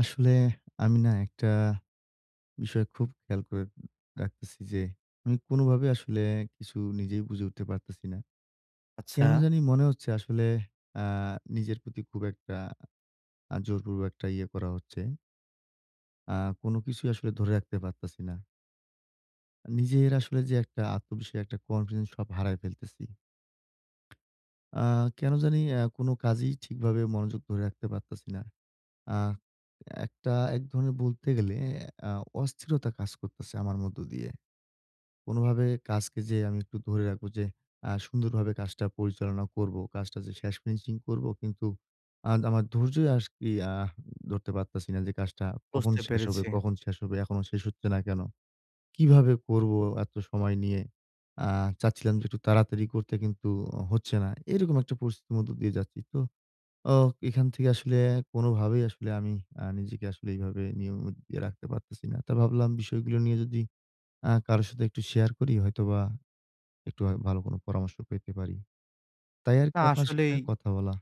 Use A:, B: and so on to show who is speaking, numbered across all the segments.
A: আসলে আমি না একটা বিষয় খুব খেয়াল করে রাখতেছি যে আমি কোনোভাবে আসলে কিছু নিজেই বুঝে উঠতে পারতেছি না।
B: আচ্ছা,
A: কেন জানি মনে হচ্ছে আসলে আ নিজের প্রতি খুব একটা জোরপূর্বক একটা ইয়ে করা হচ্ছে। কোনো কিছুই আসলে ধরে রাখতে পারতেছি না। নিজের আসলে যে একটা আত্মবিশ্বাস, একটা কনফিডেন্স সব হারায় ফেলতেছি। আ কেন জানি কোনো কাজেই ঠিকভাবে মনোযোগ ধরে রাখতে পারতেছি না। আ একটা এক ধরনের বলতে গেলে আ অস্থিরতা কাজ করতেছে আমার মধ্য দিয়ে। কোনোভাবে কাজকে যে আমি একটু ধরে রাখবো, যে সুন্দরভাবে কাজটা পরিচালনা করব, কাজটা যে শেষ ফিনিশিং করব, কিন্তু আমার ধৈর্যই আজকি ধরতে পারতাছি না যে কাজটা কখন
B: বুঝতে
A: শেষ হবে,
B: পেরেছি।
A: কখন শেষ হবে? এখনো শেষ হচ্ছে না কেন? কিভাবে করব এত সময় নিয়ে? আ চাচ্ছিলাম যে একটু তাড়াতাড়ি করতে, কিন্তু হচ্ছে না। এরকম একটা পরিস্থিতির মধ্য দিয়ে যাচ্ছি। তো অ এখান থেকে আসলে কোনোভাবেই আসলে আমি নিজেকে আসলে এইভাবে নিয়মিত দিয়ে রাখতে পারতেছি না। তা ভাবলাম, বিষয়গুলো নিয়ে যদি কারো সাথে একটু শেয়ার করি, হয়তোবা একটু ভালো কোনো পরামর্শ পেতে পারি। তাই আরকি
B: না
A: আপনার সাথে
B: আসলেই
A: কথা বলা।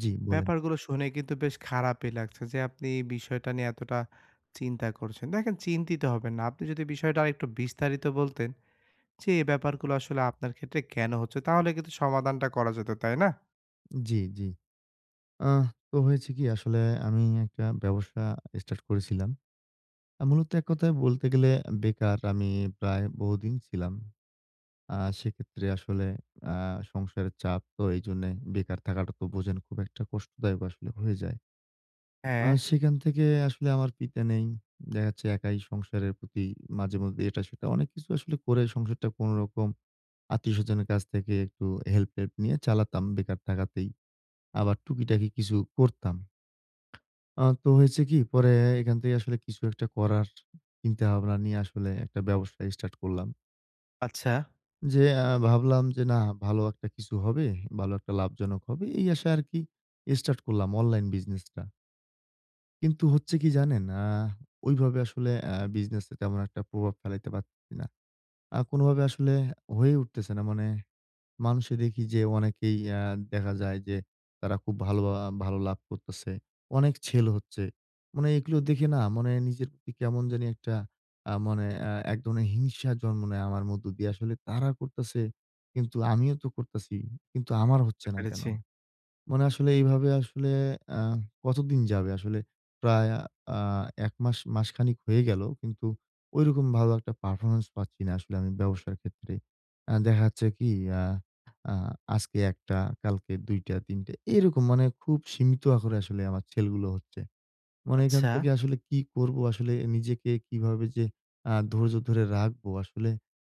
A: জি, বলেন।
B: ব্যাপারগুলো শুনে কিন্তু বেশ খারাপই লাগছে যে আপনি এই বিষয়টা নিয়ে এতটা চিন্তা করছেন। দেখেন চিন্তিত হবেন না। আপনি যদি বিষয়টা আরেকটু বিস্তারিত বলতেন যে এই ব্যাপারগুলো আসলে আপনার ক্ষেত্রে কেন হচ্ছে তাহলে কিন্তু সমাধানটা করা যেত, তাই না?
A: জি, জি। আহ তো হয়েছে কি আসলে, আমি একটা ব্যবসা স্টার্ট করেছিলাম। মূলত এক কথায় বলতে গেলে বেকার আমি প্রায় বহুদিন ছিলাম। সেক্ষেত্রে আসলে আ সংসারের চাপ তো, এইজন্যে বেকার থাকাটা তো বোঝেন, খুব একটা কষ্টদায়ক আসলে হয়ে যায়।
B: হ্যাঁ,
A: সেখান থেকে আসলে, আমার পিতা নেই। দেখা যাচ্ছে একাই সংসারের প্রতি মাঝেমধ্যে এটা-সেটা অনেক কিছু আসলে করে সংসারটা কোনরকম আত্মীয়স্বজনের কাছ থেকে একটু হেল্প-টেল্প নিয়ে চালাতাম বেকার থাকাতেই। আবার টুকিটাকি কিছু করতাম। তো হয়েছে কি? পরে এখান থেকে আসলে কিছু একটা করার চিন্তাভাবনা নিয়ে আসলে একটা ব্যবসা স্টার্ট করলাম।
B: আচ্ছা,
A: যে ভাবলাম যে না, ভালো একটা কিছু হবে, ভালো একটা লাভজনক হবে। এই আশায় আরকি স্টার্ট করলাম অনলাইন বিজনেসটা। কিন্তু হচ্ছে কি জানেন? ওইভাবে আসলে বিজনেসে তেমন একটা প্রভাব ফেলাইতে পারতেছি না। কোনোভাবে আসলে হয়ে উঠতেছে না। মানে মানুষে দেখি যে অনেকেই দেখা যায় যে তারা খুব ভালো ভালো লাভ করতেছে। অনেক সেল হচ্ছে। মানে এগুলো দেখে না, মানে নিজের প্রতি কেমন জানি একটা মানে এক ধরনের হিংসা জন্ম নেয় আমার মধ্য দিয়ে। আসলে তারা করতেছে, কিন্তু আমিও তো করতেছি। কিন্তু আমার হচ্ছে
B: বুঝতে
A: না কেন?
B: পেরেছি।
A: মানে আসলে এইভাবে আসলে আ কতদিন যাবে? আসলে প্রায় আ ১ মাস, মাসখানেক হয়ে গেল। কিন্তু ঐরকম ভালো একটা পারফরম্যান্স পাচ্ছি না আসলে আমি ব্যবসার ক্ষেত্রে। দেখা যাচ্ছে কি আ আ আজকে ১ টা, কালকে ২ টা, ৩ টা এরকম, মানে খুব সীমিত আকারে আসলে আমার সেলগুলো হচ্ছে। মানে এখান
B: আচ্ছা,
A: থেকে আসলে কি করব? আসলে নিজেকে কিভাবে যে ধৈর্য ধরে রাখবো আসলে,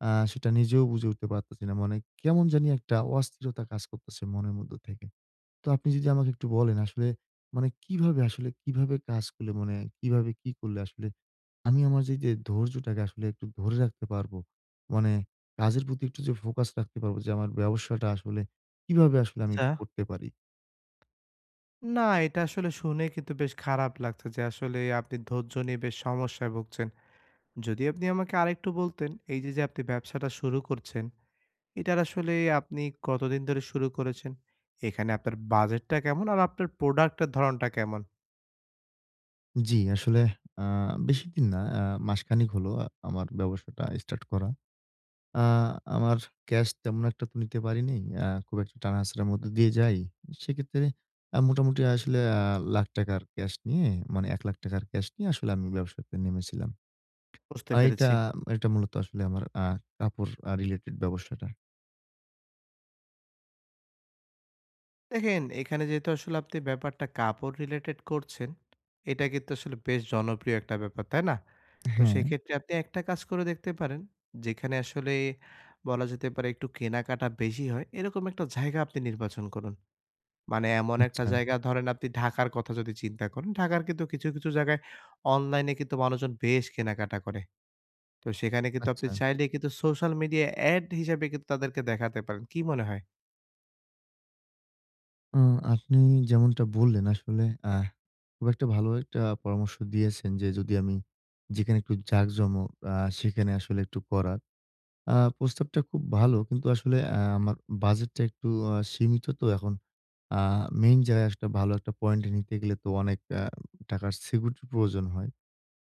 A: সেটা নিজেও বুঝে উঠতে পারতেছি না। মানে কেমন জানি একটা অস্থিরতা কাজ করতেছে মনের মধ্য থেকে। তো আপনি যদি আমাকে একটু বলেন আসলে, মানে কিভাবে আসলে, কিভাবে কাজ করলে, মানে কিভাবে কি করলে আসলে, আমি আমার যে ধৈর্যটাকে আসলে একটু ধরে রাখতে পারবো? মানে কাজের প্রতি একটু যে ফোকাস রাখতে পারবো যে আমার ব্যবসাটা আসলে কিভাবে আসলে আমি
B: আচ্ছা।
A: এটা করতে পারি?
B: না এটা আসলে শুনে কিন্তু বেশ খারাপ লাগছে যে আসলে আপনি ধৈর্য নিয়ে বেশ সমস্যায় ভুগছেন। যদি আপনি আমাকে আরেকটু বলতেন এই যে, যে আপনি ব্যবসাটা শুরু করছেন এটার আসলে আপনি কতদিন ধরে শুরু করেছেন? এখানে আপনার বাজেটটা কেমন? আর আপনার প্রোডাক্টের ধরনটা কেমন?
A: জি, আসলে আ বেশিদিন না, মাসখানেক হলো আমার ব্যবসাটা স্টার্ট করা। আ আমার ক্যাশ তেমন একটা তো নিতে পারিনি। খুব একটা টানাহেঁচড়ার মধ্য দিয়ে যাই। সেক্ষেত্রে মোটামুটি আসলে ৳1,00,000 র ক্যাশ নিয়ে, মানে ৳1,00,000 র ক্যাশ নিয়ে আসলে আমি ব্যবসাতে নেমেছিলাম।
B: বুঝতে
A: এটা
B: পেরেছি।
A: এটা মূলত আসলে আমার কাপড় রিলেটেড ব্যবসাটা।
B: দেখেন, এখানে যেহেতু আসলে আপনি ব্যাপারটা কাপড় রিলেটেড করছেন, এটা কিন্তু আসলে বেশ জনপ্রিয় একটা ব্যাপার, তাই না? তো
A: হ্যাঁ,
B: সেক্ষেত্রে আপনি একটা কাজ করে দেখতে পারেন, যেখানে আসলে বলা যেতে পারে একটু কেনাকাটা বেশি হয়, এরকম একটা জায়গা আপনি নির্বাচন করুন। মানে এমন একটা
A: আচ্ছা,
B: জায়গা ধরেন আপনি ঢাকার কথা যদি চিন্তা করেন, ঢাকার কিন্তু কিছু জায়গায় অনলাইনে কিন্তু মানুষজন বেশ কেনাকাটা করে। তো সেখানে কিন্তু আপনি
A: আচ্ছা।
B: চাইলে কিন্তু সোশ্যাল মিডিয়া এড হিসাবে কিন্তু তাদেরকে দেখাতে পারেন। কি মনে হয়?
A: আ আপনি যেমনটা বললেন আসলে, আহ খুব একটা ভালো একটা পরামর্শ দিয়েছেন, যে যদি আমি যেখানে একটু জাঁকজমক সেখানে আসলে একটু করা। প্রস্তাবটা খুব ভালো। কিন্তু আসলে আমার বাজেটটা একটু সীমিত তো এখন। আ মেইন জায়গায় একটা ভালো একটা পয়েন্টে নিতে গেলে তো অনেক টাকার সিকিউরিটির প্রয়োজন হয়।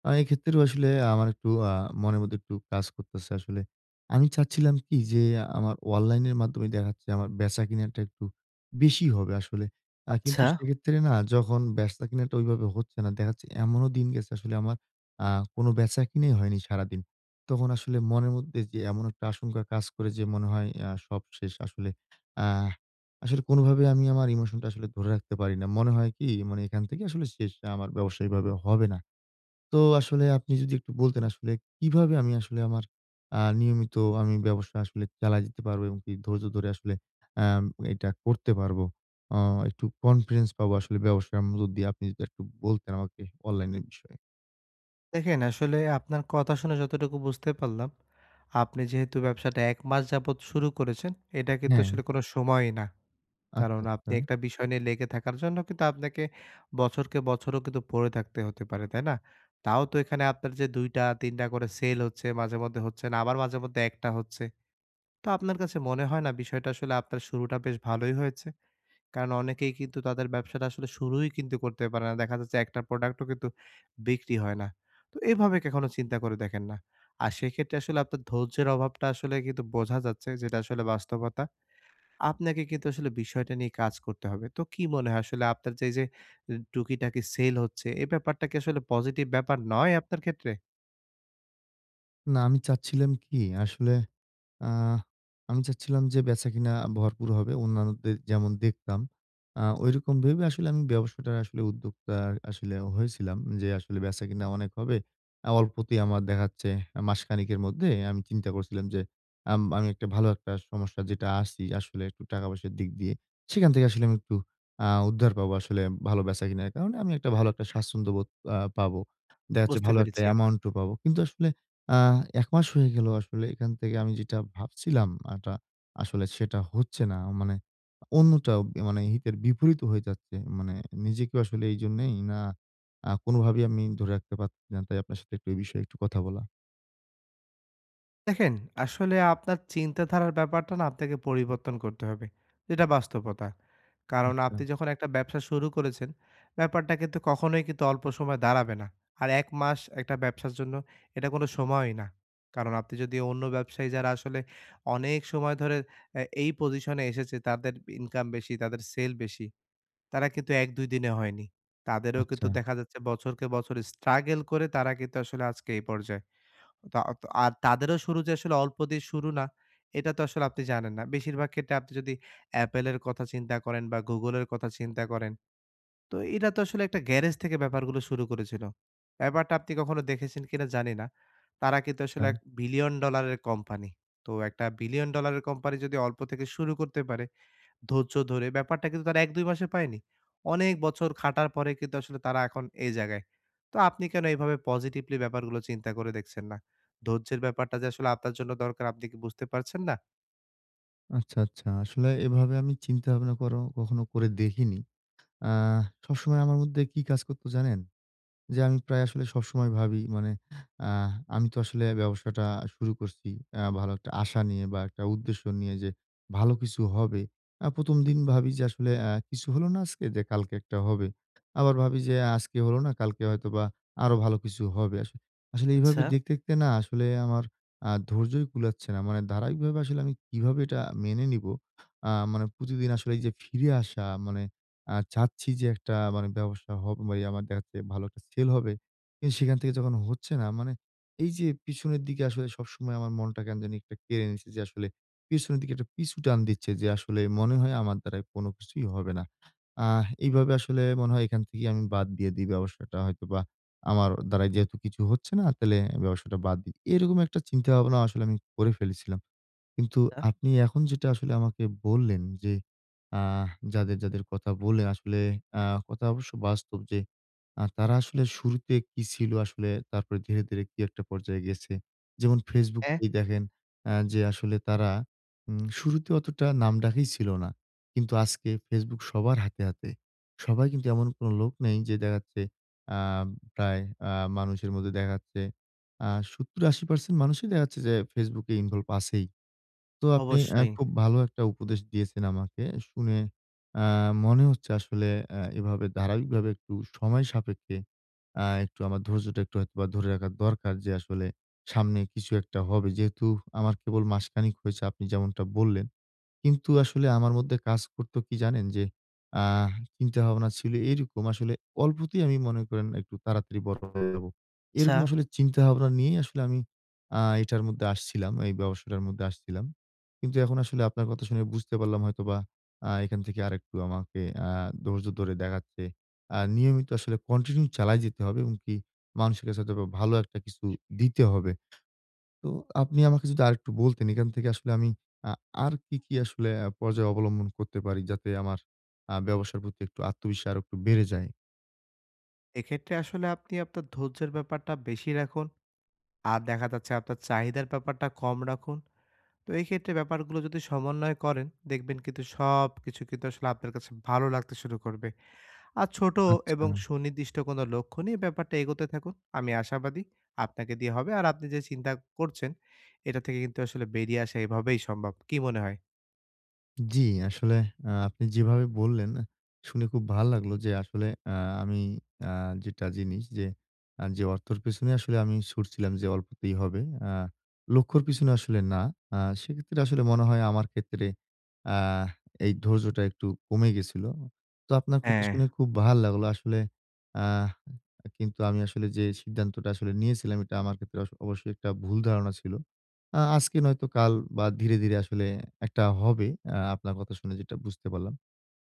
A: এক্ষেত্রেও আসলে আমার একটু মনের মধ্যে একটু কাজ করতেছে আসলে। আমি চাচ্ছিলাম কি যে আমার অনলাইনের মাধ্যমে দেখা যাচ্ছে আমার বেচা-কিনাটা একটু বেশি হবে আসলে। কিন্তু
B: আচ্ছা।
A: সেক্ষেত্রে না, যখন বেচা-কিনাটা ওইভাবে হচ্ছে না, দেখা যাচ্ছে এমনও দিন গেছে আসলে আমার আ কোনো বেচা-কিনাই হয়নি সারাদিন। তখন আসলে মনের মধ্যে যে এমন একটা আশঙ্কা কাজ করে যে মনে হয় সব শেষ আসলে। আহ আসলে কোনোভাবে আমি আমার ইমোশনটা আসলে ধরে রাখতে পারি না। মনে হয় কি, মানে এখান থেকে আসলে শেষ। আমার ব্যবসা এভাবে হবে না। তো আসলে আপনি যদি একটু বলতেন আসলে, কিভাবে আমি আসলে আমার নিয়মিত আমি ব্যবসা আসলে চালায় যেতে পারবো এবং কি ধৈর্য ধরে আসলে আম এটা করতে পারবো? অ একটু কনফিডেন্স পাবো আসলে ব্যবসার মধ্য দিয়ে, আপনি যদি একটু বলতেন আমাকে অনলাইনের বিষয়ে।
B: দেখেন আসলে আপনার কথা শুনে যতটুকু বুঝতে পারলাম, আপনি যেহেতু ব্যবসাটা ১ মাস যাবত শুরু করেছেন, এটা কিন্তু
A: হ্যাঁ।
B: আসলে কোনো সময়ই না।
A: আচ্ছা,
B: কারণ আপনি
A: আচ্ছা।
B: একটা বিষয় নিয়ে লেগে থাকার জন্য কিন্তু আপনাকে বছরকে বছরও কিন্তু পড়ে থাকতে হতে পারে, তাই না? তাও তো এখানে আপনার যে ২ টা ৩ টা করে সেল হচ্ছে, মাঝে মধ্যে হচ্ছে না, আবার মাঝে মধ্যে ১ টা হচ্ছে। তো আপনার কাছে মনে হয় না বিষয়টা আসলে আপনার শুরুটা বেশ ভালোই হয়েছে? কারণ অনেকেই কিন্তু তাদের ব্যবসাটা আসলে শুরুই কিন্তু করতে পারে না। দেখা যাচ্ছে একটা প্রোডাক্টও কিন্তু বিক্রি হয় না। তো এভাবে কখনো চিন্তা করে দেখেন না। আর সেক্ষেত্রে আসলে আপনার ধৈর্যের অভাবটা আসলে কিন্তু বোঝা যাচ্ছে যেটা আসলে বাস্তবতা। আপনাকে কিন্তু আসলে বিষয়টা নিয়ে কাজ করতে হবে। তো কি মনে হয় আসলে আপনার যে, এই যে টুকিটাকি সেল হচ্ছে এই ব্যাপারটা কি আসলে পজিটিভ ব্যাপার নয় আপনার ক্ষেত্রে?
A: না, আমি চাচ্ছিলাম কি আসলে, আহ আমি চাচ্ছিলাম যে বেচাকেনা ভরপুর হবে। অন্যান্যদের যেমন দেখতাম, ঐরকম ভেবে আসলে আমি ব্যবসাটার আসলে উদ্যোক্তা আসলে হয়েছিলাম যে আসলে বেচাকেনা অনেক হবে। অল্পতেই আমার দেখাচ্ছে মাসখানেকের মধ্যে আমি চিন্তা করছিলাম যে আমি একটা ভালো একটা সমস্যা যেটা আছি আসলে একটু টাকা-পয়সার দিক দিয়ে, সেখান থেকে আসলে আমি একটু উদ্ধার পাবো আসলে, ভালো বেচাকেনার কারণে আমি একটা ভালো একটা স্বাচ্ছন্দ্য বোধ পাবো। দেখা যাচ্ছে
B: বুঝতে
A: ভালো একটা
B: পেরেছি।
A: অ্যামাউন্টও পাবো। কিন্তু আসলে আ ১ মাস হয়ে গেল আসলে, এখান থেকে আমি যেটা ভাবছিলাম আটা আসলে সেটা হচ্ছে না। মানে অন্যটা, মানে হিতের বিপরীত হয়ে যাচ্ছে। মানে নিজেকে আসলে এইজন্যেই না কোনভাবেই আমি ধরে রাখতে পারছি না। তাই আপনার সাথে একটু এই বিষয়ে একটু কথা বলা।
B: দেখেন, আসলে আপনার চিন্তাধারার ব্যাপারটা না আপনাকে পরিবর্তন করতে হবে। এটা বাস্তবতা। কারণ
A: আচ্ছা,
B: আপনি যখন একটা ব্যবসা শুরু করেছেন, ব্যাপারটা কিন্তু কখনোই কিন্তু অল্প সময় দাঁড়াবে না। আর ১ মাস একটা ব্যবসার জন্য এটা কোনো সময়ই না। কারণ আপনি যদি অন্য ব্যবসায়ী যারা আসলে অনেক সময় ধরে এই পজিশনে এসেছে, তাদের ইনকাম বেশি, তাদের সেল বেশি, তারা কিন্তু ১-২ দিনে হয়নি। তাদেরও কিন্তু
A: আচ্ছা,
B: দেখা যাচ্ছে বছরকে বছর struggle করে তারা কিন্তু আসলে আজকে এই পর্যায়ে। তা ত আর তাদেরও শুরু যে আসলে অল্প দিয়ে শুরু না, এটা তো আসলে আপনি জানেন না। বেশিরভাগ ক্ষেত্রে আপনি যদি Apple এর কথা চিন্তা করেন বা Google এর কথা চিন্তা করেন, তো এটা তো আসলে একটা গ্যারেজ থেকে ব্যাপারগুলো শুরু করেছিল। ব্যাপারটা আপনি কখনো দেখেছেন কিনা জানি না। তারা কিন্তু
A: আচ্ছা,
B: আসলে ১ বিলিয়ন ডলারের কোম্পানি। তো ১ বিলিয়ন ডলারের কোম্পানি যদি অল্প থেকে শুরু করতে পারে ধৈর্য ধরে ব্যাপারটা কিন্তু তারা ১-২ মাসে পায়নি। অনেক বছর খাটার পরে কিন্তু আসলে তারা এখন এই জায়গায়। তো আপনি কেন এভাবে পজিটিভলি ব্যাপারগুলো চিন্তা করে দেখছেন না? ধৈর্যের ব্যাপারটা যে আসলে আপনার জন্য দরকার আপনি কি বুঝতে পারছেন না?
A: আচ্ছা, আচ্ছা। আসলে এভাবে আমি চিন্তা ভাবনা করো কখনো করে দেখিনি। আ সবসময় আমার মধ্যে কি কাজ করতো জানেন? যে আমি প্রায় আসলে সবসময় ভাবি, মানে আ আমি তো আসলে ব্যবসাটা শুরু করছি ভালো একটা আশা নিয়ে বা একটা উদ্দেশ্য নিয়ে, যে ভালো কিছু হবে। ১ম দিন ভাবি যে আসলে কিছু হলো না আজকে, যে কালকে একটা হবে। আবার ভাবি যে আজকে হলো না, কালকে হয়তোবা আরো ভালো কিছু হবে। আসলে
B: আচ্ছা,
A: এইভাবে দেখতে, দেখতে না আসলে আমার ধৈর্যই কুলাচ্ছে না। মানে ধারাবাহিকভাবে আসলে আমি কিভাবে এটা মেনে নিবো? মানে প্রতিদিন আসলে এই যে ফিরে আসা, মানে চাচ্ছি যে একটা, মানে ব্যবসা হবে, মানে আমার দেখা যাচ্ছে ভালো একটা সেল হবে। কিন্তু সেখান থেকে যখন হচ্ছে না, মানে এই যে পিছনের দিকে আসলে সবসময় আমার মনটা কেন জানি একটা কেড়ে নিচ্ছে, যে আসলে পিছনের দিকে একটা পিছু টান দিচ্ছে, যে আসলে মনে হয় আমার দ্বারা কোনো কিছুই হবে না। এইভাবে আসলে মনে হয়, এখান থেকেই আমি বাদ দিয়ে দিই ব্যবসাটা, হয়তোবা আমার দ্বারা যেহেতু কিছু হচ্ছে না, তাহলে ব্যবসাটা বাদ দিই। এরকম একটা চিন্তাভাবনা আসলে আমি করে ফেলেছিলাম। কিন্তু
B: আচ্ছা।
A: আপনি এখন যেটা আসলে আমাকে বললেন যে, আহ যাদের কথা বললেন আসলে, আ কথা অবশ্য বাস্তব, যে তারা আসলে শুরুতে কি ছিল আসলে, তারপরে ধীরে, ধীরে কি একটা পর্যায়ে গেছে। যেমন Facebook
B: হ্যাঁ?
A: এই দেখেন, যে আসলে তারা শুরুতে অতটা নামডাকই ছিল না। কিন্তু আজকে Facebook সবার হাতে, হাতে। সবাই কিন্তু, এমন কোনো লোক নেই যে দেখাচ্ছে, আ প্রায় আ মানুষের মধ্যে দেখা যাচ্ছে ৭০-৮০% মানুষই দেখা যাচ্ছে যে Facebook এ ইনভলভ আছেই। তো আপনি
B: অবশ্যই।
A: খুব ভালো একটা উপদেশ দিয়েছেন আমাকে। শুনে আ মনে হচ্ছে আসলে, এভাবে ধারাবাহিকভাবে একটু সময় সাপেক্ষে একটু আমার ধৈর্যটা একটু হয়তোবা ধরে রাখা দরকার, যে আসলে সামনে কিছু একটা হবে। যেহেতু আমার কেবল মাসখানেক হয়েছে, আপনি যেমনটা বললেন। কিন্তু আসলে আমার মধ্যে কাজ করত কি জানেন? যে আ চিন্তাভাবনা ছিল এরকম আসলে, অল্পতেই আমি মনে করেন একটু তাড়াতাড়ি বড় হয়ে যাব।
B: আচ্ছা।
A: এরকম আসলে চিন্তাভাবনা নিয়েই আসলে আমি এটার মধ্যে আসছিলাম, এই ব্যবসাটার মধ্যে আসছিলাম। কিন্তু এখন আসলে আপনার কথা শুনে বুঝতে পারলাম, হয়তোবা এখান থেকে আরেকটু আমাকে আ ধৈর্য ধরে দেখাচ্ছে। নিয়মিত আসলে কন্টিনিউ চালায় যেতে হবে এবং কি মানুষের কাছে হয়তোবা ভালো একটা কিছু দিতে হবে। তো আপনি আমাকে যদি আরেকটু বলতেন, এখান থেকে আসলে আমি আ আর কি, কি আসলে পর্যায় অবলম্বন করতে পারি যাতে আমার ব্যবসার প্রতি একটু আত্মবিশ্বাস আরো একটু বেড়ে যায়?
B: এক্ষেত্রে আসলে আপনি আপনার ধৈর্যের ব্যাপারটা বেশি রাখুন। আর দেখা যাচ্ছে আপনার চাহিদার ব্যাপারটা কম রাখুন। তো এই ক্ষেত্রে ব্যাপারগুলো যদি সমন্বয় করেন, দেখবেন কিন্তু সবকিছু কিন্তু আসলে আপনার কাছে ভালো লাগতে শুরু করবে। আর ছোট
A: আচ্ছা।
B: এবং সুনির্দিষ্ট কোনো লক্ষ্য নিয়ে ব্যাপারটা এগোতে থাকুন। আমি আশাবাদী আপনাকে দিয়ে হবে। আর আপনি যে চিন্তা করছেন এটা থেকে কিন্তু আসলে বেরিয়ে আসা এভাবেই সম্ভব। কি মনে হয়?
A: জি, আসলে আপনি যেভাবে বললেন, শুনে খুব ভাল লাগলো, যে আসলে আ আমি আ যেটা জিনিস যে, যে অর্থর পেছনে আসলে আমি ছুটছিলাম যে অল্পতেই হবে। আ লক্ষ্যর পিছনে আসলে না। সেক্ষেত্রে আসলে মনে হয় আমার ক্ষেত্রে আ এই ধৈর্যটা একটু কমে গেছিল। তো আপনার কথা
B: হ্যাঁ।
A: শুনে খুব ভাল লাগলো। আসলে আহ কিন্তু আমি আসলে যে সিদ্ধান্তটা আসলে নিয়েছিলাম, এটা আমার ক্ষেত্রে অবশ্যই একটা ভুল ধারণা ছিল। আজকে নয়তো কাল, বা ধীরে, ধীরে আসলে একটা হবে। আপনার কথা শুনে যেটা বুঝতে পারলাম।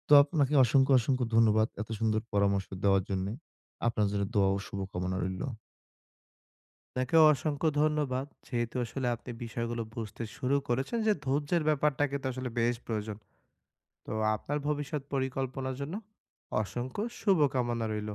A: তো আপনাকে অসংখ্য, অসংখ্য ধন্যবাদ এত সুন্দর পরামর্শ দেওয়ার জন্যে। আপনার জন্য দোয়া ও শুভকামনা রইল।
B: আপনাকেও অসংখ্য ধন্যবাদ যেহেতু আসলে আপনি বিষয়গুলো বুঝতে শুরু করেছেন যে ধৈর্যের ব্যাপারটাকে তো আসলে বেশ প্রয়োজন। তো আপনার ভবিষ্যৎ পরিকল্পনার জন্য অসংখ্য শুভকামনা রইল।